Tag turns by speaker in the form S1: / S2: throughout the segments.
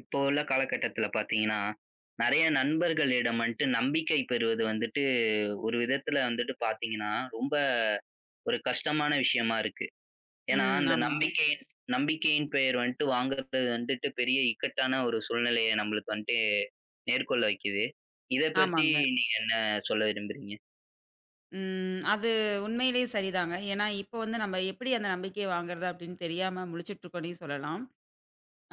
S1: இப்போ உள்ள காலகட்டத்தில பார்த்தீங்கன்னா, நெறைய நண்பர்களிடம் வந்துட்டு நம்பிக்கை பெறுவது வந்துட்டு ஒரு விதத்தில வந்துட்டு பார்த்தீங்கன்னா, ரொம்ப ஒரு கஷ்டமான விஷயமா இருக்கு. ஏன்னா,
S2: ம்.
S1: அந்த
S2: ஆமாங்க,
S1: நம்பிக்கையின் நம்பிக்கையின் பெயர் வந்துட்டு வாங்குறது வந்துட்டு பெரிய இக்கட்டான ஒரு சூழ்நிலைய நம்மளுக்கு வந்துட்டு நேர்கொள்ள வைக்குது. இத பத்தி
S2: ஆமாங்க.
S1: நீங்க என்ன சொல்ல விரும்புறீங்க?
S2: ம். அது உண்மையிலேயே சரிதாங்க. ஏன்னா, இப்ப வந்து நம்ம எப்படி அந்த நம்பிக்கைய வாங்குறது அப்படின்னு தெரியாம முழிச்சிட்டுருக்கோன்னே சொல்லலாம்.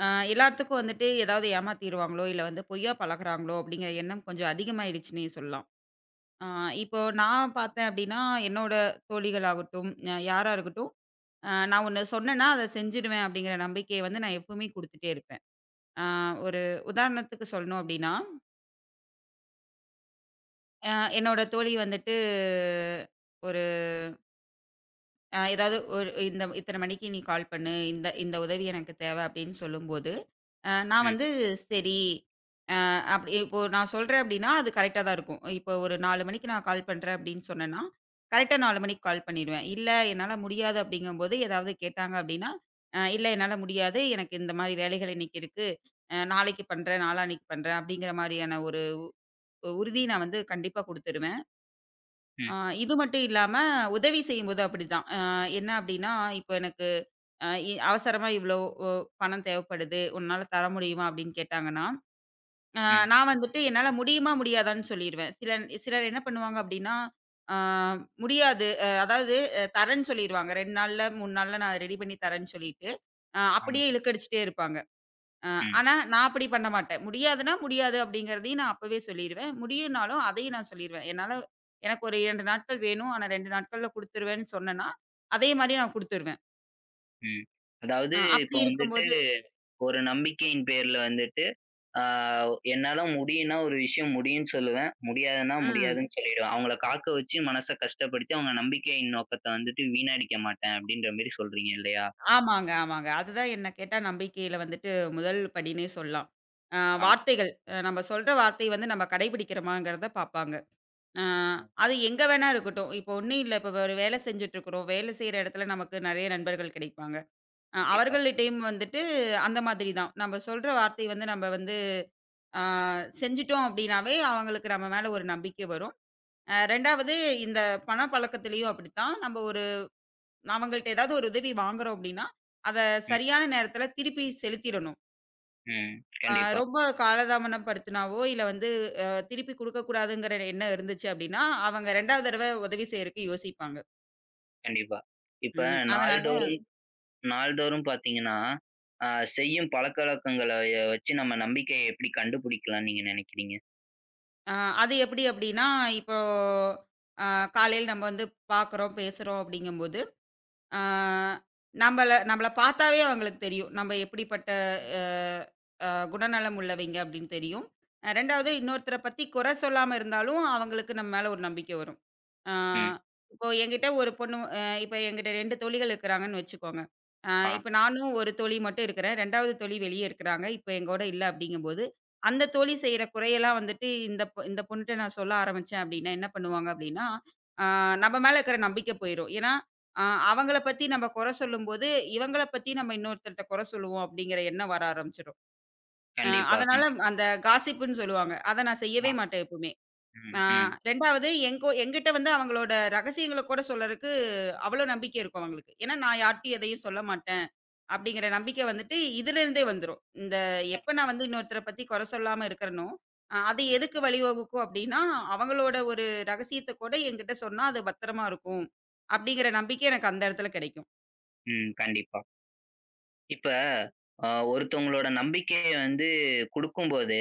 S2: அ எல்லாத்துக்கும் வந்துட்டு ஏதாவது ஏமாத்திருவாங்களோ, இல்ல வந்து பொய்யா பழகுறாங்களோ அப்படிங்கிற எண்ணம் கொஞ்சம் அதிகமாயிடுச்சுன்னே சொல்லலாம். அ இப்போ நான் பார்த்தேன் அப்படின்னா, என்னோட தோழிகளாகட்டும், யாரா இருக்கட்டும், நான் ஒண்ணு சொன்னேன்னா, அத செஞ்சுடுவேன் அப்படிங்கிற நம்பிக்கைய வந்து நான் எப்பவுமே குடுத்துட்டே இருப்பேன். அ ஒரு உதாரணத்துக்கு சொல்லணும் அப்படின்னா, அ என்னோட தோழி வந்துட்டு ஒரு ஏதாவது ஒரு இந்த இத்தன மணிக்கு நீ கால் பண்ணு. இந்த இந்த உதவி எனக்கு தேவ அப்படின்னு சொல்லும்போது, நான்
S1: ம்,
S2: வந்து சரி. அ அப்படி இப்போ நான் சொல்றேன் அப்படின்னா, அது கரெக்ட்டா தான் இருக்கும். இப்போ ஒரு 4 மணிக்கு நான் கால் பண்றேன் அப்படின்னு சொன்னேன்னா, கரெக்ட்டா 4 மணிக்கு கால் பண்ணிருவேன். இல்ல என்னால முடியாது அப்படிங்கும்போது, ஏதாவது கேட்டாங்க அப்படின்னா, இல்ல என்னால முடியாது. எனக்கு இந்த மாரி வேலைகள் இன்னைக்கு இருக்கு. நாளைக்கு பண்றேன், நாளான்னைக்கு பண்றேன் அப்படிங்கிற மாரியான ஒரு உறுதி நான் வந்து கண்டிப்பா குடுத்துருவேன்.
S1: ம்,
S2: அ இது மட்டும் இல்லாம உதவி செய்யும்போது அப்படிதான். என்ன அப்படின்னா, இப்போ எனக்கு அ இ அவசரமா இவ்ளோ ஒ பணம் தேவைப்படுது. உன்னால தர முடியுமா? அப்படின்னு கேட்டாங்கன்னா, அ
S1: ம்.
S2: நான் வந்துட்டு என்னால முடியுமா? முடியாதான்னு சொல்லிருவேன். சிலர் என்ன பண்ணுவாங்க அப்படின்னா, அ முடியாது. அதாவது தரேன்னு சொல்லிருவாங்க. 2 நாள்ல, 3 நாள்ல நான் ரெடி பண்ணி தரேன்னு சொல்லிட்டு,
S1: ஆமா.
S2: அப்படியே இழுக்கடிச்சுட்டே இருப்பாங்க. அ ஆனா
S1: ம்,
S2: நான் அப்படி பண்ண மாட்டேன். முடியாதுன்னா முடியாது அப்படிங்கிறதையும் நான் அப்பவே சொல்லிருவேன். முடியும்னாலும் அதையும் நான் சொல்லிருவேன். என்னால எனக்கு ஒரு 2 நாட்கள் வேணும். ஆனா 2 நாட்கள்ல குடுத்துருவேன்னு சொன்னேன்னா, அதே மாரி நான் குடுத்துருவேன்.
S1: ம். அதாவது இப்போ
S2: அப்படி
S1: வந்துட்டு
S2: இருக்கும்போது
S1: ஒரு நம்பிக்கையின் பேர்ல வந்துட்டு ஆ என்னால முடியும்னா ஒரு விஷயம் முடியும்னு சொல்லுவேன். முடியாதுன்னா
S2: ம்.
S1: முடியாதுன்னு சொல்லிடுவேன். அவங்கள காக்க வச்சு மனச கஷ்டப்படுத்தி அவங்க நம்பிக்கையின் நோக்கத்த வந்துட்டு வீணடிக்க மாட்டேன் அப்படின்ற மாரி சொல்றீங்க இல்லையா?
S2: ஆமாங்க, ஆமாங்க. அதுதான் என்ன கேட்டா நம்பிக்கையில வந்துட்டு முதல் படின்னே சொல்லலாம். அ
S1: ஆ,
S2: வார்த்தைகள் நம்ம சொல்ற வார்த்தை வந்து நம்ம கடைபிடிக்கிறோமாங்கிறத பார்ப்பாங்க. அ
S1: ஆ.
S2: அது எங்க வேணா இருக்கட்டும். இப்போ ஒண்ணும் இல்ல. இப்போ ஒரு வேலை செஞ்சுட்டுருக்கிறோம். வேலை செய்ற இடத்துல நமக்கு நெறைய நண்பர்கள் கிடைப்பாங்க.
S1: கண்டிப்பா.
S2: அவர்கள்ட்டயும் வந்துட்டு அந்த மாதிரி தான். நம்ம சொல்ற வார்த்தை வந்து நம்ம வந்து அ செஞ்சுட்டோம் அப்படின்னாவே அவங்களுக்கு நம்ம மேல ஒரு நம்பிக்கை வரும். 2வது இந்த பணப்பழக்கத்திலயும் அப்படித்தான். நம்ம ஒரு அவங்கள்ட்ட ஏதாவது ஒரு உதவி வாங்குறோம் அப்படின்னா, அத
S1: ம்,
S2: சரியான நேரத்தில திருப்பி செலுத்திறணும்.
S1: ம்.
S2: அ
S1: கண்டிப்பா,
S2: ரொம்ப காலதாமனம் படுத்தினாவோ, இல்ல வந்து திருப்பி குடுக்கக்கூடாதுங்கிற எண்ணம் இருந்துச்சு அப்படின்னா, அவங்க 2வது தடவ உதவி செய்றக்கு யோசிப்பாங்க.
S1: கண்டிப்பா. இப்ப
S2: ம். அதனால
S1: நாள்தோறும் நாள்தோறும் பார்த்தீங்கன்னா, ஆ செய்யும் பழக்கவழக்கங்கள வச்சு நம்ம நம்பிக்கைய எப்படி கண்டுபிடிக்கலாம்ன்னு நீங்க நினைக்கிறீங்க?
S2: அ அது எப்படி அப்படின்னா, இப்போ அ காலையில நம்ம வந்து பார்க்குறோம், பேசுறோம் அப்படிங்கும்போது ஆ நம்மள நம்மள பார்த்தாவே அவங்களுக்கு தெரியும். நம்ம எப்படிப்பட்ட அ அ குணநலம் உள்ளவைங்க அப்படின்னு தெரியும். 2வது
S1: ம்,
S2: இன்னொருத்தர பத்தி குறை சொல்லாம இருந்தாலும், அவங்களுக்கு நம்ம மேல ஒரு நம்பிக்கை வரும். ஆ
S1: ம்.
S2: இப்போ என்கிட்ட ஒரு பொண்ணு இப்போ என்கிட்ட 2 தோழிகள் இருக்கிறாங்கன்னு வச்சுக்கோங்க. அ
S1: ஆ.
S2: இப்போ நானும் ஒரு தோழி மட்டும் இருக்கிறேன். 2வது தோழி வெளியே இருக்கிறாங்க. இப்போ எங்கூட இல்ல அப்படிங்கும்போது, அந்த தோழி செய்ற குறையெல்லாம் வந்துட்டு இந்த பொ இந்த பொண்ணுட்ட நான் சொல்ல ஆரம்பிச்சேன் அப்படின்னா, என்ன பண்ணுவாங்க அப்படின்னா, ஆ நம்ம மேல இருக்கிற நம்பிக்கை போயிரும். ஏன்னா ஆ அவங்கள பத்தி நம்ம குறை சொல்லும்போது, இவங்கள பத்தி நம்ம இன்னொருத்தர்ட்ட குறை சொல்லுவோம் அப்படிங்கிற எண்ணம் வர ஆரம்பிச்சுரும். அ
S1: கண்டிப்பா,
S2: அதனால
S1: கண்டிப்பா.
S2: அந்த காசிப்புன்னு சொல்லுவாங்க. அத நான்
S1: ஆ,
S2: செய்யவே மாட்டேன் எப்பவுமே. ஆ
S1: ம், ம்.
S2: 2வது எங்கோ என்கிட்ட வந்து அவங்களோட ரகசியங்கள கூட சொல்லறக்கு அவ்வளோ நம்பிக்கை இருக்கும் அவங்களுக்கு. ஏன்னா நான் யார்ட்டயும் எதையும் சொல்ல மாட்டேன் அப்படிங்கிற நம்பிக்கை வந்துட்டு இதிலிருந்தே வந்துரும். இந்த எப்ப நான் வந்து இன்னொருத்தர பத்தி குறை சொல்லாம இருக்கிறனோ, அது
S1: ம்,
S2: எதுக்கு வழிவகுக்கும் அப்படின்னா, அவங்களோட ஒரு ரகசியத்த கூட என்கிட்ட சொன்னா அது பத்திரமா இருக்கும். அப்படிங்கிற நம்பிக்கை எனக்கு அந்த இடத்துல கிடைக்கும்.
S1: ம். கண்டிப்பா. இப்ப ஒருத்தவங்களோட நம்பிக்கைய வந்து குடுக்கும்போது,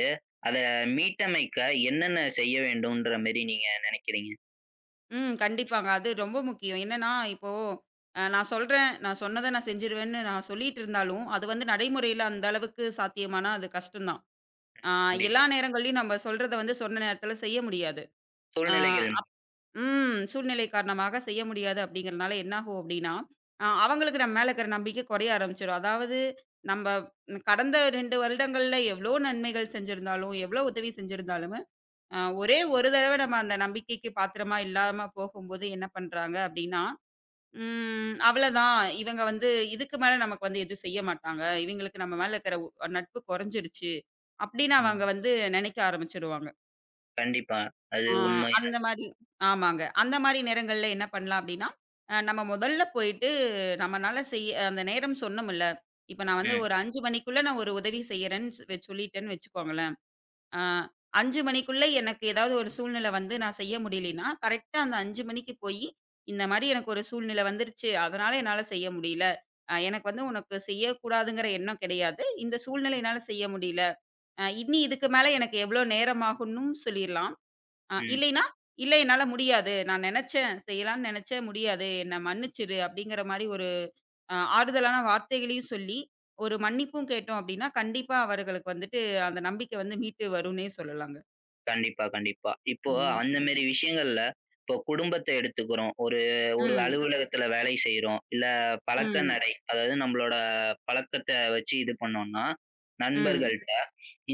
S1: அத மீட்டமைக்க என்னென்ன செய்ய வேண்டும்ன்ற மாரி நீங்க நெனைக்கிறீங்க?
S2: ம். கண்டிப்பாங்க. அது ரொம்ப முக்கியம். என்னன்னா, இப்போ நான் சொல்றேன், நான் சொன்னத நான் செஞ்சுருவேன்னு நான் சொல்லிட்டு இருந்தாலும், அது வந்து நடைமுறையில அந்த அளவுக்கு சாத்தியமானா, அது கஷ்டம் தான். ஆ
S1: கண்டிப்பா.
S2: எல்லா நேரங்கள்லயும் நம்ம சொல்றத வந்து சொன்ன நேரத்தில செய்ய முடியாது. ஆ
S1: சூழ்நிலைகள்.
S2: அப் ம். சூழ்நிலை காரணமாக செய்ய முடியாது அப்படிங்கிறனால என்னாகும் அப்படின்னா, அவங்களுக்கு நம்ம மேல இருக்கிற நம்பிக்கை குறைய ஆரம்பிச்சுரும். அதாவது நம்ம ம், கடந்த 2 வருடங்கள்ல எவ்வளோ நன்மைகள் செஞ்சிருந்தாலும், எவ்வளோ உதவி செஞ்சிருந்தாலும் ஒரே ஒரு தடவ நம்ம அந்த நம்பிக்கைக்கு பாத்திரமா இல்லாம போகும்போது என்ன பண்றாங்க அப்டின்னா, ம் அவ்வளதான். இவங்க வந்து இதுக்கு மேல நமக்கு வந்து எதுவும் செய்ய மாட்டாங்க. இவங்களுக்கு நம்ம மேல இருக்கிற நட்பு குறைஞ்சிருச்சு. அப்படின்னு அவங்க
S1: ம்.
S2: வந்து நினைக்க ஆரம்பிச்சுருவாங்க.
S1: கண்டிப்பா. அது
S2: ஆ அந்த
S1: உண்மைதான்.
S2: மாரி ஆமாங்க. அந்த மாரி நேரங்கள்ல என்ன பண்ணலாம் அப்டின்னா, நம்ம முதல்ல போயிட்டு நம்மனால செய்ய அந்த நேரம் சொன்னோம்ல. இப்ப நான் வந்து
S1: ம்,
S2: ஒரு 5 மணிக்குள்ள நான் ஒரு உதவி செய்யறேன்னு சொல்லிட்டேன்னு வச்சுக்கோங்களேன். ஆ 5 மணிக்குள்ள எனக்கு ஏதாவது ஒரு சூழ்நிலை வந்து நான் செய்ய முடியலைன்னா, கரெக்ட்டா அந்த 5 மணிக்கு போயி, இந்த மாரி எனக்கு ஒரு சூழ்நிலை வந்துருச்சு. அதனால என்னால செய்ய முடியல. எனக்கு வந்து உனக்கு செய்யக்கூடாதுங்கிற எண்ணம் கிடையாது. இந்த சூழ்நிலை என்னால செய்ய முடியல. இனி இதுக்கு மேல எனக்கு எவ்வளோ நேரம் ஆகும்னும் சொல்லிரலாம்.
S1: ம்.
S2: இல்லைன்னா, "இல்ல என்னால முடியாது. நான் நெனச்சேன், செய்யலாம்னு நெனச்சேன். முடியாது. என்ன மன்னிச்சிடு." அப்படிங்கிற மாரி ஒரு ஆறுதலான வார்த்தைகளையும் சொல்லி, ஒரு மன்னிப்பும் கேட்டோம் அப்படின்னா, கண்டிப்பா அவர்களுக்கு வந்துட்டு அந்த நம்பிக்கை வந்து மீட்டு வரும்னே சொல்லலாங்க.
S1: கண்டிப்பா, கண்டிப்பா. இப்போ
S2: ம்.
S1: அந்த மாரி விஷயங்கள்ல, இப்போ குடும்பத்த எடுத்துக்கிறோம். ஒரு ஒரு
S2: ம்.
S1: அலுவலகத்துல வேலை செய்றோம். இல்ல பழக்க
S2: ம்.
S1: நடை, அதாவது நம்மளோட பழக்கத்த வச்சு இது பண்ணோம்னா,
S2: ம்.
S1: நண்பர்கள்ட்ட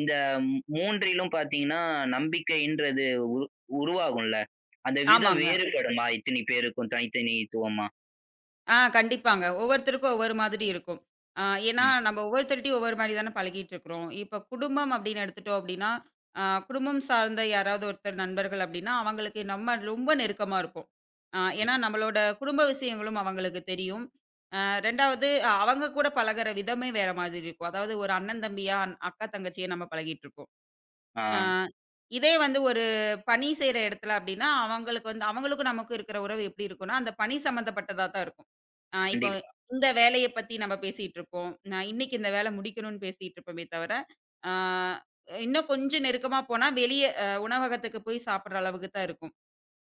S1: இந்த 3லும் பார்த்தீங்கன்னா, நம்பிக்கைன்றது உருவாகும்ல. அந்த விதம்
S2: ஆமாங்க.
S1: வேறுபடுமா? இத்தனி பேருக்கும் தனித்தனித்துவமா?
S2: கண்டிப்பாங்க. ஒவ்வொருத்தருக்கும் ஒவ்வொரு மாதிரி இருக்கும். ஆ ஏன்னா
S1: ம்,
S2: நம்ம ஒவ்வொருத்தர்ட்டயும் ஒவ்வொரு மாரி தானே பழகிட்டு இருக்கிறோம். இப்ப குடும்பம் அப்படின்னு எடுத்துட்டோம் அப்படின்னா, ஆ குடும்பம் சார்ந்த யாராவது ஒருத்தர் நண்பர்கள் அப்படின்னா, அவங்களுக்கு நம்ம ரொம்ப நெருக்கமா இருப்போம். ஏன்னா
S1: ம்.
S2: நம்மளோட குடும்ப விஷயங்களும் அவங்களுக்கு தெரியும். ஆ 2வது அவங்க கூட பழகுற விதமே வேற மாதிரி இருக்கும். அதாவது ஒரு அண்ணன் தம்பியா, அக்கா தங்கச்சியா நம்ம பழகிட்டு இருப்போம்.
S1: ஆ.
S2: ஆ, இதே வந்து ஒரு பணி செய்ற இடத்துல அப்படின்னா, அவங்களுக்கு வந்து அவங்களுக்கும் நமக்கும் இருக்கிற உறவு எப்படி இருக்கும்னா, அந்த பணி சம்மந்தப்பட்டதா தான் இருக்கும். இப்போ
S1: கண்டிப்பா,
S2: இந்த வேலைய பத்தி நம்ம பேசிட்டு இருப்போம். நான் இன்னைக்கு இந்த வேலை முடிக்கணும்னு பேசிட்டு இருப்போமே தவிர, ஆ இன்னும் கொஞ்சம் நெருக்கமா போனா வெளிய உணவகத்துக்கு போய் சாப்பிடுற அளவுக்கு தான் இருக்கும்.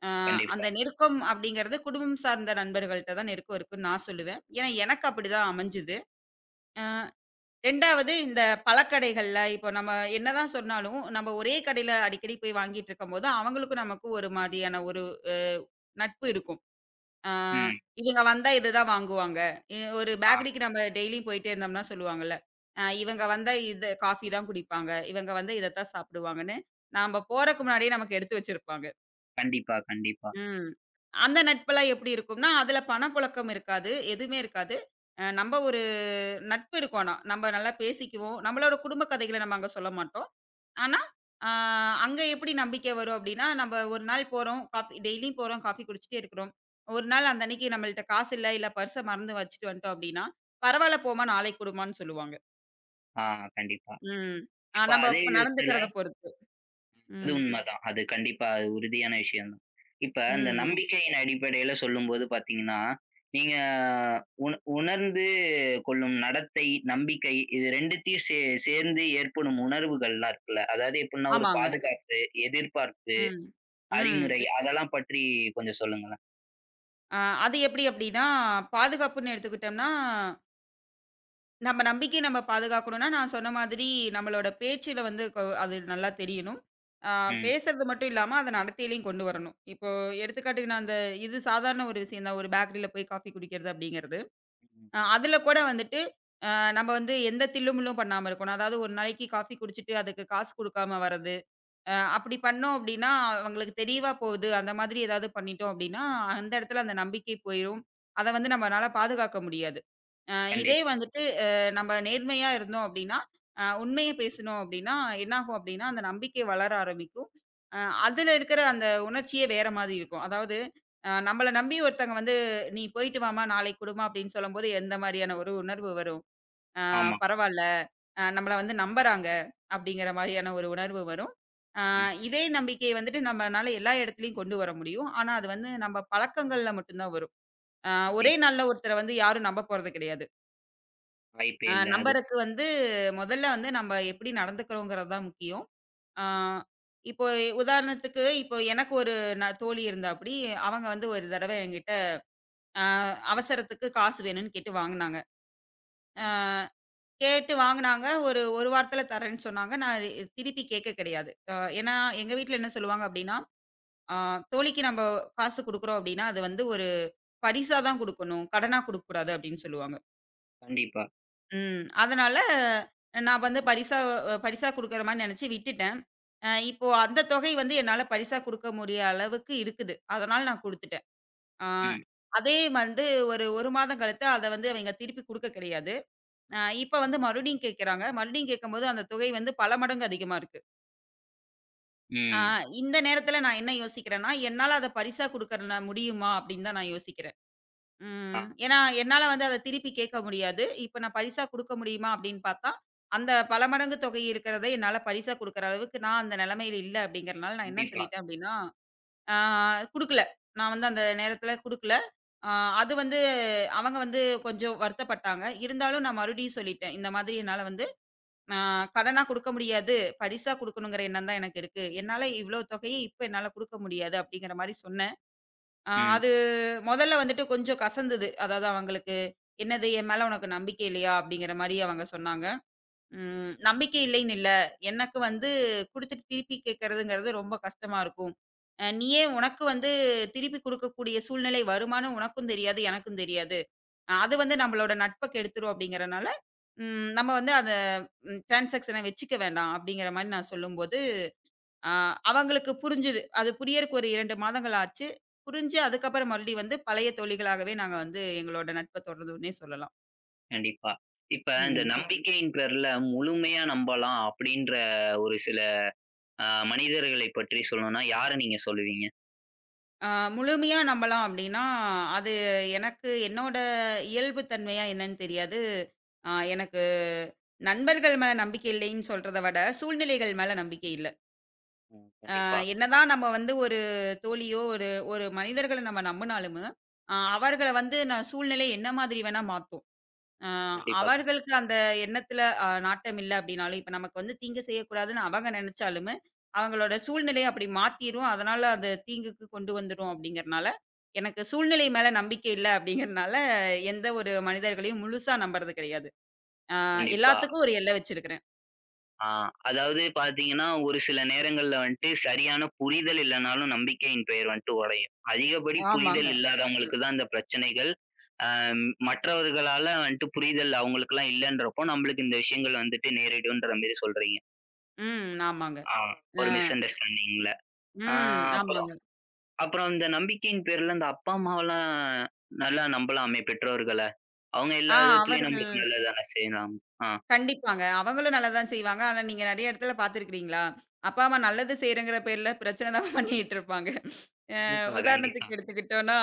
S2: ஆ
S1: கண்டிப்பா.
S2: அந்த நெருக்கம் அப்படிங்கிறது குடும்பம் சார்ந்த நண்பர்கள்ட்ட தான் நெருக்கம் இருக்குன்னு நான் சொல்லுவேன். ஏன்னா எனக்கு அப்படிதான் அமைஞ்சுது. 2வது இந்த பழக்கடைகள்ல, இப்போ நம்ம என்னதான் சொன்னாலும், நம்ம ஒரே கடையில அடிக்கடி போய் வாங்கிட்டு இருக்கும்போது, அவங்களுக்கும் நமக்கும் ஒரு மாதிரியான ஒரு அ நட்பு இருக்கும். ஆ
S1: ம்.
S2: இவங்க வந்தா இதுதான் வாங்குவாங்க. ஒரு
S1: ஆ.
S2: பேக்கரிக்கு நம்ம டெய்லியும் போயிட்டே இருந்தோம்னா சொல்லுவாங்கல்ல, இவங்க வந்தா இது காஃபி தான் குடிப்பாங்க. இவங்க வந்து இதத்தான் சாப்பிடுவாங்கன்னு, நாம போறக்கு முன்னாடியே நமக்கு எடுத்து வச்சிருப்பாங்க.
S1: கண்டிப்பா, கண்டிப்பா.
S2: ம். அந்த நட்பெல்லாம் எப்படி இருக்கும்னா, அதுல பணப்புழக்கம் இருக்காது. எதுவுமே இருக்காது. நம்ம நட்பு இருக்கும் ஆனா. நம்ம நல்லா பேசிக்குவோம். நம்மளோட குடும்ப கதைகள நம்ம அங்க சொல்ல மாட்டோம். ஆனா, அ அங்க எப்படி நம்பிக்கை வரும் அப்படின்னா, நம்ம ஒரு நாள் போறோம், காஃபி டெய்லியும் போறோம், காஃபி குடிச்சிட்டே இருக்கிறோம். ஒரு நாள் அந்த அன்னைக்கு நம்மள்ட்ட காசு இல்ல, இல்ல பர்ஸ மறந்து வச்சுட்டு வந்துட்டோம் அப்படின்னா, "பரவால்ல போம்மா, நாளைக்கு குடும்மான்னு" சொல்லுவாங்க.
S1: ஆ கண்டிப்பா.
S2: ம்.
S1: இப்ப
S2: நம்ம
S1: அதே விதத்துல
S2: நடந்துக்கிறத பொறுத்து.
S1: அது
S2: ம்.
S1: உண்மதான். அது கண்டிப்பா அது உறுதியான விஷயம் தான். இப்ப அந்த
S2: ம்.
S1: நம்பிக்கையின் அடிப்படையில சொல்லும்போது பார்த்தீங்கன்னா, நீங்க உண உணர்ந்து கொள்ளும் நடத்தை, நம்பிக்கை இது 2த்தையும் சேர்ந்து ஏற்படும் உணர்வுகள்லாம் இருக்குல்ல. அதாவது எப்புட்ன்னா ஒரு
S2: ஆமாங்க.
S1: பாதுகாப்பு, எதிர்பார்ப்பு,
S2: ம். ம்.
S1: அறிமுறை அதெல்லாம் பற்றி கொஞ்சம் சொல்லுங்களேன்?
S2: அ அது எப்படி அப்படின்னா, பாதுகாப்புன்னு எடுத்துக்கிட்டோம்னா நம்ம நம்பிக்கைய நம்ம பாதுகாக்கணும்னா, நான் சொன்ன மாதிரி நம்மளோட பேச்சுல வந்து அது நல்லா தெரியணும். ஆ
S1: ம்.
S2: பேசுறது மட்டும் இல்லாம, அத நடத்தையிலயும் கொண்டு வரணும். இப்போ எடுத்துக்காட்டுக்கு நான் அந்த இது சாதாரண ஒரு விஷயம் தான். ஒரு பேக்கரில போய் காஃபி குடிக்கிறது அப்படிங்கிறது.
S1: ம்.
S2: அதுல கூட வந்துட்டு, அ நம்ம வந்து எந்த தில்லுமுல்லும் பண்ணாம இருக்கணும். அதாவது ஒரு நாளைக்கு காஃபி குடிச்சுட்டு அதுக்கு காசு குடுக்காம வர்றது. அப்படி பண்ணோம் அப்படின்னா, அவங்களுக்கு தெரியவா போகுது. அந்த மாதிரி ஏதாவது பண்ணிட்டோம் அப்படின்னா, அந்த இடத்துல அந்த நம்பிக்கை போயிரும். அத வந்து நம்மனால பாதுகாக்க முடியாது. அ இதே
S1: கண்டிப்பா.
S2: வந்துட்டு நம்ம நேர்மையா இருந்தோம் அப்படின்னா, உண்மைய பேசினோம் அப்படின்னா, என்னாகும் அப்படின்னா, அந்த நம்பிக்கை வளர ஆரம்பிக்கும். அ அதுல இருக்கிற அந்த உணர்ச்சியே வேற மாதிரி இருக்கும். அதாவது நம்மள நம்பி ஒருத்தங்க வந்து, "நீ போயிட்டு வாம்மா, நாளைக்கு குடும்மா" அப்படின்னு சொல்லும்போது எந்த மாதிரியான ஒரு உணர்வு வரும்? ஆ
S1: ஆமா.
S2: பரவால்ல. நம்மள வந்து நம்புறாங்க. அப்படிங்கிற மாரியான ஒரு உணர்வு வரும். ஆ
S1: ம்.
S2: இதே நம்பிக்கை வந்துட்டு நம்மனால எல்லா இடத்துலயும் கொண்டு வர முடியும். ஆனா அது வந்து நம்ம பழக்கங்கள்ல மட்டும் தான் வரும். ஆ ஒரே
S1: கண்டிப்பா.
S2: நாள்ல ஒருத்தர வந்து யாரும் நம்ப போறது கிடையாது.
S1: வாய்ப்பே இல்ல அதுவும்.
S2: நம்பறக்கு வந்து முதல்ல வந்து நம்ம எப்படி நடந்துக்கிறோங்கிறது தான் முக்கியம். ஆ
S1: ம்.
S2: இப்போ உதாரணத்துக்கு இப்போ எனக்கு ஒரு தோழி இருந்தாப்படி, அவங்க வந்து ஒரு தடவ என்கிட்ட அ அவசரத்துக்கு காசு வேணும்னு கேட்டு வாங்குனாங்க. ஆ
S1: ம்.
S2: ஒரு, 1 வாரத்துல தரேன்னு சொன்னாங்க. நான் ரி திருப்பி கேக்க கிடையாது. ஏன்னா, எங்க வீட்ல என்ன சொல்லுவாங்க அப்டின்னா, அ தோழிக்கு நம்ப காசு குடுக்குறோம் அப்டின்னா, அது வந்து ஒரு பரிசா தான் குடுக்கணும். கடனா குடுக்கக்கூடாது அப்டின்னு சொல்லுவாங்க.
S1: கண்டிப்பா.
S2: ம். அதனால நான் வந்து பரிசா பரிசா குடுக்குற மாரி நெனச்சு விட்டுட்டேன். இப்போ அந்த தொகை வந்து என்னால பரிசா குடுக்க முடிய அளவுக்கு இருக்குது. அதனால நான் குடுத்துட்டேன். அ
S1: ம்.
S2: அதே வந்து ஒரு 1 மாதம் கழித்து அத வந்து அவைங்க திருப்பி குடுக்க கிடையாது. இப்ப வந்து மறுபடியும் கேட்குறாங்க. மறுபடியும் கேட்கும்போது அந்த தொகை வந்து பல மடங்கு அதிகமா இருக்கு. ஆ
S1: ம்.
S2: இந்த நேரத்தில நான் என்ன யோசிக்கிறேன்னா, என்னால அத பரிசா குடுக்கறனா முடியுமா? அப்படின்னு தான் நான் யோசிக்கிறேன்.
S1: ஆ.
S2: ம். ஏன்னா, என்னால வந்து அத திருப்பி கேட்க முடியாது. இப்ப நான் பரிசா குடுக்க முடியுமா? அப்படின்னு பார்த்தா, அந்த பல மடங்கு தொகை இருக்கிறத என்னால பரிசா குடுக்குற அளவுக்கு நான் அந்த நிலைமையில இல்ல அப்படிங்கிறனால நான் என்ன
S1: கண்டிப்பா.
S2: சொல்லிட்டேன் அப்படின்னா, ஆ குடுக்கல. நான் வந்து அந்த நேரத்தில குடுக்கல. ஆ அது வந்து அவங்க வந்து கொஞ்சம் வருத்தப்பட்டாங்க. இருந்தாலும் நான் மறுபடியும் சொல்லிட்டேன். இந்த மாதிரி என்னால வந்து ஆ கடனா குடுக்க முடியாது. பரிசா குடுக்கணுங்கிற எண்ணம் தான் எனக்கு இருக்கு. என்னால இவ்ளோ தொகைய இப்ப என்னால குடுக்க முடியாது அப்படிங்கிற மாரி சொன்னேன்.
S1: ம்.
S2: அது மொதல்ல வந்துட்டு கொஞ்சம் கசந்தது. அதாவது அவங்களுக்கு "என்னது என் மேல உனக்கு நம்பிக்கை இல்லையா?" அப்படிங்கிற மாரி அவங்க சொன்னாங்க. ம் நம்பிக்கை இல்லைன்னு இல்ல. எனக்கு வந்து குடுத்துட்டு திருப்பி கேட்கறதுங்கிறது ரொம்ப கஷ்டமா இருக்கும். நீயே உனக்கு வந்து திருப்பி குடுக்கக்கூடிய சூழ்நிலை வருமான்னு உனக்கும் தெரியாது, எனக்கும் தெரியாது. அது வந்து நம்மளோட நட்ப கெடுத்துரும் அப்படிங்கிறனால, ம் நம்ம வந்து அத ம் டிரான்சாக்ஷன வச்சுக்க வேண்டாம் அப்படிங்கிற மாரி நான் சொல்லும்போது, அ அவங்களுக்கு புரிஞ்சுது. அது புரியறக்கு ஒரு 2 மாதங்கள் ஆச்சு. புரிஞ்சு அதுக்கப்புறம் மறுபடியும் வந்து பழைய தோழிகளாகவே நாங்க வந்து எங்களோட நட்ப தொடர்ந்தோன்னே சொல்லலாம்.
S1: கண்டிப்பா. இப்ப இந்த
S2: ம்.
S1: நம்பிக்கையின் பேர்ல முழுமையா நம்பலாம் அப்படின்ற ஒரு சில அ மனிதர்களை பற்றி சொல்லணும்னா யார நீங்க சொல்லுவீங்க?
S2: அ முழுமையா நம்பலாம் அப்படின்னா, அது எனக்கு என்னோட இயல்பு தன்மையா என்னன்னு தெரியாது. எனக்கு நண்பர்கள் மேல நம்பிக்கை இல்லைன்னு சொல்றத விட, சூழ்நிலைகள் மேல நம்பிக்கை இல்ல.
S1: ம். கண்டிப்பா.
S2: என்னதான் நம்ம வந்து ஒரு தோழியோ, ஒரு ஒரு மனிதர்கள நம்ம நம்புனாலும்,
S1: ம்.
S2: அவர்கள வந்து நான் சூழ்நிலை என்ன மாதிரி வேணா மாத்தும். அ
S1: கண்டிப்பா, கண்டிப்பா.
S2: அவர்களுக்கு அந்த எண்ணத்துல நாட்டம் இல்ல அப்படின்னாலும், இப்ப நமக்கு வந்து தீங்கு செய்யக்கூடாதுன்னு அவங்க நெனச்சாலுமே, அவங்களோட சூழ்நிலைய அப்படி மாத்திரும். அதனால அது தீங்குக்கு கொண்டு வந்துரும் அப்படிங்கிறனால, எனக்கு
S1: ம்.
S2: சூழ்நிலை மேல நம்பிக்கை இல்ல அப்படிங்கிறனால, எந்த ஒரு மனிதர்களையும் முழுசா நம்புறது கிடையாது. அ
S1: கண்டிப்பா.
S2: எல்லாத்துக்கும் ஒரு எல்லை வச்சிருக்கிறேன்.
S1: ஆ. அதாவது பாத்தீங்கன்னா, ஒரு சில நேரங்கள்ல வந்துட்டு சரியான புரிதல் இல்லனாலும் நம்பிக்கையின் பெயர் வந்துட்டு உடையும். அதிகப்படி
S2: ஆமாங்க.
S1: புரிதல் இல்லாதவங்களுக்கு தான் இந்த பிரச்சனைகள். அ மற்றவர்களால வந்துட்டு புரிதல் அவங்களுக்கெல்லாம் இல்லன்றப்போ, நம்மளுக்கு இந்த விஷயங்கள் வந்துட்டு நேரிடும்ன்ற மாரி சொல்றீங்க.
S2: ம். ஆமாங்க.
S1: ஆ
S2: அ
S1: ஒரு மிஸ் அண்டர்ஸ்டாண்டிங்ல. ஆ
S2: ம்.
S1: அப்புறம்
S2: ஆமாங்க.
S1: அப்புறம் இந்த நம்பிக்கையின் பேர்ல இந்த அப்பா, அம்மாவெல்லாம் நல்லா நம்பலாமே பெற்றோர்கள. அவங்க எல்லா
S2: ஆ
S1: விதத்துலயும்
S2: அவரு
S1: நம்மளுக்கு நல்லது தானே செய்யலாம். ஆ.
S2: கண்டிப்பாங்க. அவங்களும் நல்லா தான் செய்வாங்க. ஆனா நீங்க நெறைய இடத்துல பார்த்துருக்கிறீங்களா? அப்பா, அம்மா
S1: ம்.
S2: நல்லது செய்றேங்கிற பேர்ல பிரச்சனை தான் பண்ணிட்டுருப்பாங்க.
S1: கண்டிப்பா. கண்டிப்பா.
S2: உதாரணத்துக்கு எடுத்துக்கிட்டோம்னா,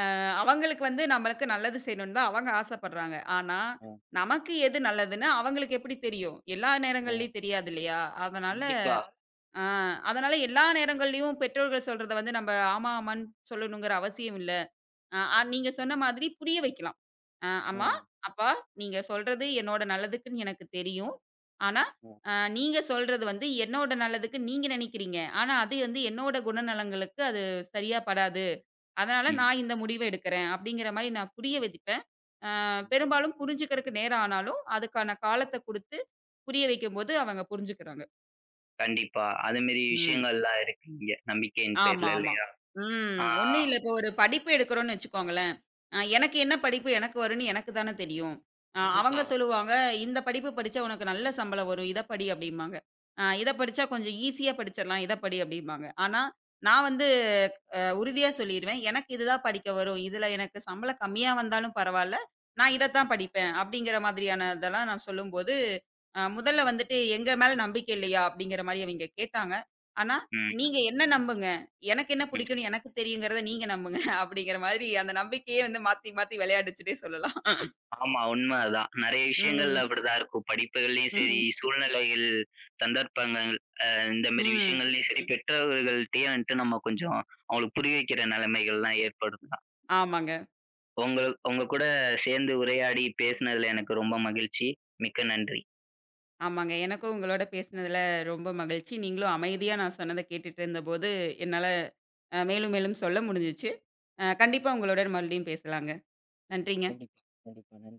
S2: அவங்களுக்கு வந்து நம்மளுக்கு நல்லது செய்யணும்னு தான் அவங்க ஆசைப்படுறாங்க. ஆனா,
S1: ம்,
S2: நமக்கு எது நல்லதுன்னு அவங்களுக்கு எப்படி தெரியும்? எல்லா
S1: ம்.
S2: நேரங்கள்லயும் தெரியாது இல்லையா? அதனால
S1: கண்டிப்பா.
S2: அ அதனால எல்லா நேரங்கள்லயும் பெற்றோர்கள் சொல்றத வந்து நம்ம ஆமா, ஆமான்னு சொல்லணுங்கிற அவசியம் இல்ல. அ அ நீங்க சொன்ன மாதிரி புரிய வைக்கலாம். "அம்மா,
S1: ம்.
S2: அப்பா நீங்க சொல்றது என்னோட நல்லதுக்குன்னு எனக்கு தெரியும். ஆனா,
S1: ம்,
S2: அ நீங்க சொல்றது வந்து என்னோட நல்லதுக்கு நீங்க நினைக்கிறீங்க. ஆனா, அது வந்து என்னோட குணநலங்களுக்கு அது சரியா படாது. அதனால
S1: ம்.
S2: நான் இந்த முடிவ எடுக்கிறேன்." அப்படிங்கிற மாரி நான் புரிய வைப்பேன். அ
S1: ம்.
S2: பெரும்பாலும் புரிஞ்சுக்கிறதுக்கு நேரம் ஆனாலும், அதுக்கான காலத்த குடுத்து புரிய வைக்கும்போது அவங்க புரிஞ்சுக்கிறாங்க.
S1: கண்டிப்பா. அது மாரி
S2: ம்.
S1: விஷயங்கள்லாம் இருக்கு இங்க. நம்பிக்கையின்
S2: ஆமா,
S1: பேர்ல
S2: ஆமா.
S1: இல்லையா? ஆ
S2: ம். ஒண்ணும் இல்ல. இப்போ ஒரு படிப்பு எடுக்கிறோம்னு வச்சுக்கோங்களேன். எனக்கு என்ன படிப்பு எனக்கு வரும்ன்னு எனக்கு தானே தெரியும்.
S1: கண்டிப்பா.
S2: அவங்க சொல்லுவாங்க, "இந்த படிப்பு படிச்சா உனக்கு நல்ல சம்பளம் வரும். இத படி" அப்படிம்பாங்க. இத படிச்சா கொஞ்சம் ஈஸியா படிச்சிடலாம். இத படி" அப்படிம்பாங்க. ஆனா, நான் வந்து உறுதியா சொல்லிருவேன். எனக்கு இதுதான் படிக்க வரும். இதுல எனக்கு சம்பளம் கம்மியா வந்தாலும் பரவால்ல. நான் இதத்தான் படிப்பேன். அப்படிங்கிற மாதிரியான இதெல்லாம் நான் சொல்லும்போது, முதல்ல வந்துட்டு எங்க மேல நம்பிக்கை இல்லையா? அப்படிங்கிற மாரி அவிங்க கேட்டாங்க. ஆனா,
S1: ம்,
S2: நீங்க என்ன நம்புங்க. எனக்கு என்ன
S1: ம்.
S2: புடிக்கும்னு எனக்கு தெரியுங்கிறத நீங்க நம்புங்க. அப்படிங்கிற மாதிரி அந்த நம்பிக்கையே வந்து மாத்தி மாத்தி விளையாடுச்சுன்னே சொல்லலாம்.
S1: ஆமா உண்ம அதான். நெறைய விஷயங்கள்ல
S2: ம்.
S1: அப்படிதான் இருக்கும். படிப்புகள்லயும் சரி,
S2: ம்.
S1: சூழ்நிலைகள், சந்தர்ப்பங்கள் அ இந்த மாரி
S2: ம்.
S1: விஷயங்கள்லயும் சரி, பெற்றோர்கள்ட்டயும் வந்துட்டு நம்ம கொஞ்சம் அவங்களுக்கு புரிய வைக்கிற நிலைமைகள்லாம் ஏற்படும் தான்.
S2: ஆமாங்க.
S1: உங்க உங்க கூட சேர்ந்து உரையாடி பேசினதுல எனக்கு ரொம்ப மகிழ்ச்சி. மிக்க நன்றி.
S2: ஆமாங்க. எனக்கும் உங்களோட பேசினதுல ரொம்ப மகிழ்ச்சி. நீங்களும் அமைதியா நான் சொன்னத கேட்டுட்டு இருந்தபோது, என்னால மேலும் மேலும் சொல்ல முடிஞ்சுச்சு. கண்டிப்பா உங்களுடன் மறுபடியும் பேசலாங்க. நன்றி.
S1: கண்டிப்பா, கண்டிப்பா. நன்றி.